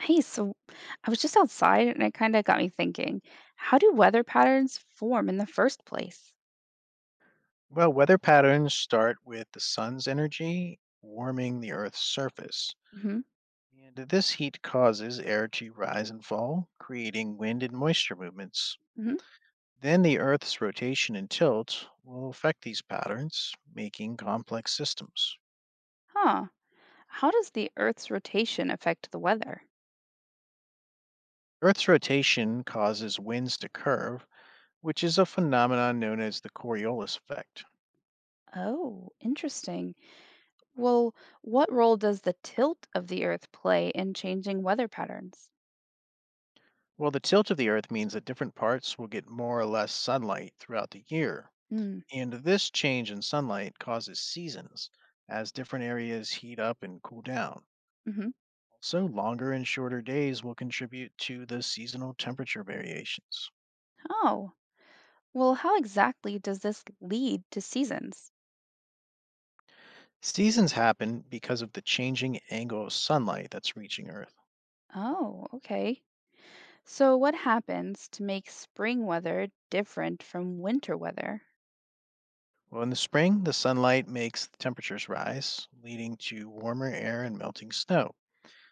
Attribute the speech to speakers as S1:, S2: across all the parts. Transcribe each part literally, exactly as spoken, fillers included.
S1: Hey, so I was just outside and it kind of got me thinking, how do weather patterns form in the first place?
S2: Well, weather patterns start with the sun's energy warming the Earth's surface.
S1: Hmm.
S2: And this heat causes air to rise and fall, creating wind and moisture movements.
S1: Hmm.
S2: Then the Earth's rotation and tilt will affect these patterns, making complex systems.
S1: Huh. How does the Earth's rotation affect the weather?
S2: Earth's rotation causes winds to curve, which is a phenomenon known as the Coriolis effect.
S1: Oh, interesting. Well, what role does the tilt of the Earth play in changing weather patterns?
S2: Well, the tilt of the Earth means that different parts will get more or less sunlight throughout the year, and this change in sunlight causes seasons, as different areas heat up and cool down.
S1: Mm-hmm.
S2: Also, longer and shorter days will contribute to the seasonal temperature variations.
S1: Oh, well, how exactly does this lead to seasons?
S2: Seasons happen because of the changing angle of sunlight that's reaching Earth.
S1: Oh, okay. So what happens to make spring weather different from winter weather?
S2: Well, in the spring, the sunlight makes the temperatures rise, leading to warmer air and melting snow.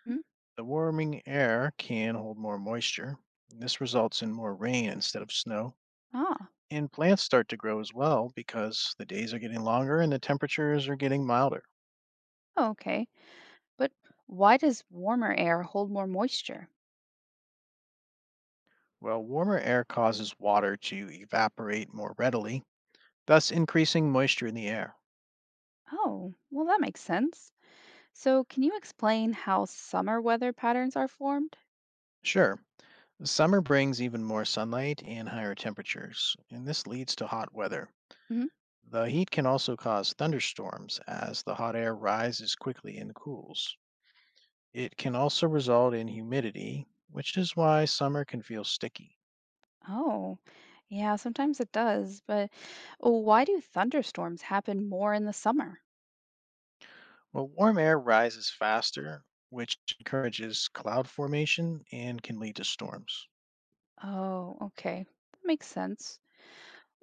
S1: Hmm?
S2: The warming air can hold more moisture, and this results in more rain instead of snow,
S1: Ah.
S2: and plants start to grow as well because the days are getting longer and the temperatures are getting milder.
S1: Oh, okay. But why does warmer air hold more moisture?
S2: Well, warmer air causes water to evaporate more readily, thus increasing moisture in the air.
S1: Oh, well, that makes sense. So, can you explain how summer weather patterns are formed?
S2: Sure, summer brings even more sunlight and higher temperatures, and this leads to hot weather.
S1: Hmm.
S2: The heat can also cause thunderstorms as the hot air rises quickly and cools. It can also result in humidity, which is why summer can feel sticky.
S1: Oh, yeah, sometimes it does. But oh, why do thunderstorms happen more in the summer?
S2: Well, warm air rises faster, which encourages cloud formation and can lead to storms.
S1: Oh, okay. That makes sense.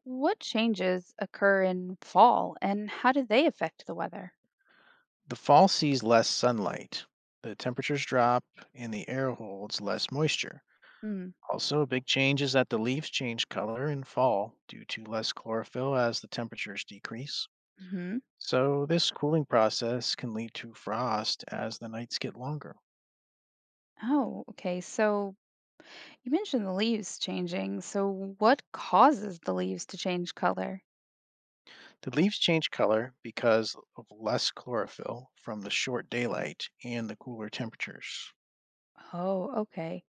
S1: What changes occur in fall and how do they affect the weather?
S2: The fall sees less sunlight. The temperatures drop and the air holds less moisture. Also, a big change is that the leaves change color in fall due to less chlorophyll as the temperatures decrease.
S1: Mm-hmm.
S2: So, this cooling process can lead to frost as the nights get longer.
S1: Oh, okay. So, you mentioned the leaves changing. So, what causes the leaves to change color?
S2: The leaves change color because of less chlorophyll from the short daylight and the cooler temperatures.
S1: Oh, okay.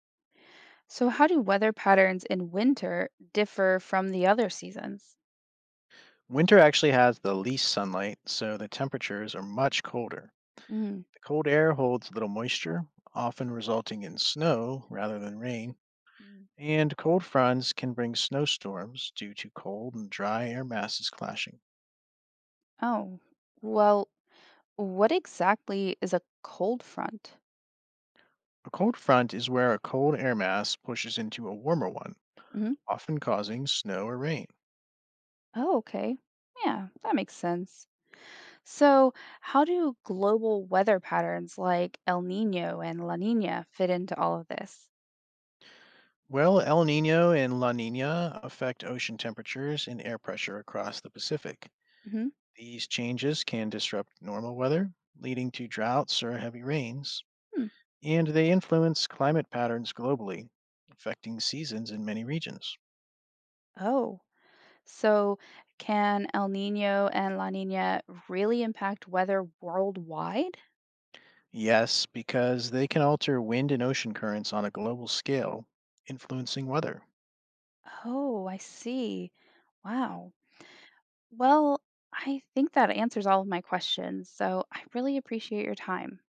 S1: So, how do weather patterns in winter differ from the other seasons?
S2: Winter actually has the least sunlight, so the temperatures are much colder.
S1: Mm.
S2: The cold air holds little moisture, often resulting in snow rather than rain,
S1: Mm.
S2: and cold fronts can bring snowstorms due to cold and dry air masses clashing.
S1: Oh, well, what exactly is a cold front?
S2: A cold front is where a cold air mass pushes into a warmer one,
S1: Hmm.
S2: often causing snow or rain.
S1: Oh, okay. Yeah, that makes sense. So, how do global weather patterns like El Nino and La Nina fit into all of this?
S2: Well, El Nino and La Nina affect ocean temperatures and air pressure across the Pacific.
S1: Hmm.
S2: These changes can disrupt normal weather, leading to droughts or heavy rains,
S1: Hmm.
S2: and they influence climate patterns globally, affecting seasons in many regions.
S1: Oh. So, can El Nino and La Nina really impact weather worldwide?
S2: Yes, because they can alter wind and ocean currents on a global scale, influencing weather.
S1: Oh, I see. Wow. Well, I think that answers all of my questions. So, I really appreciate your time.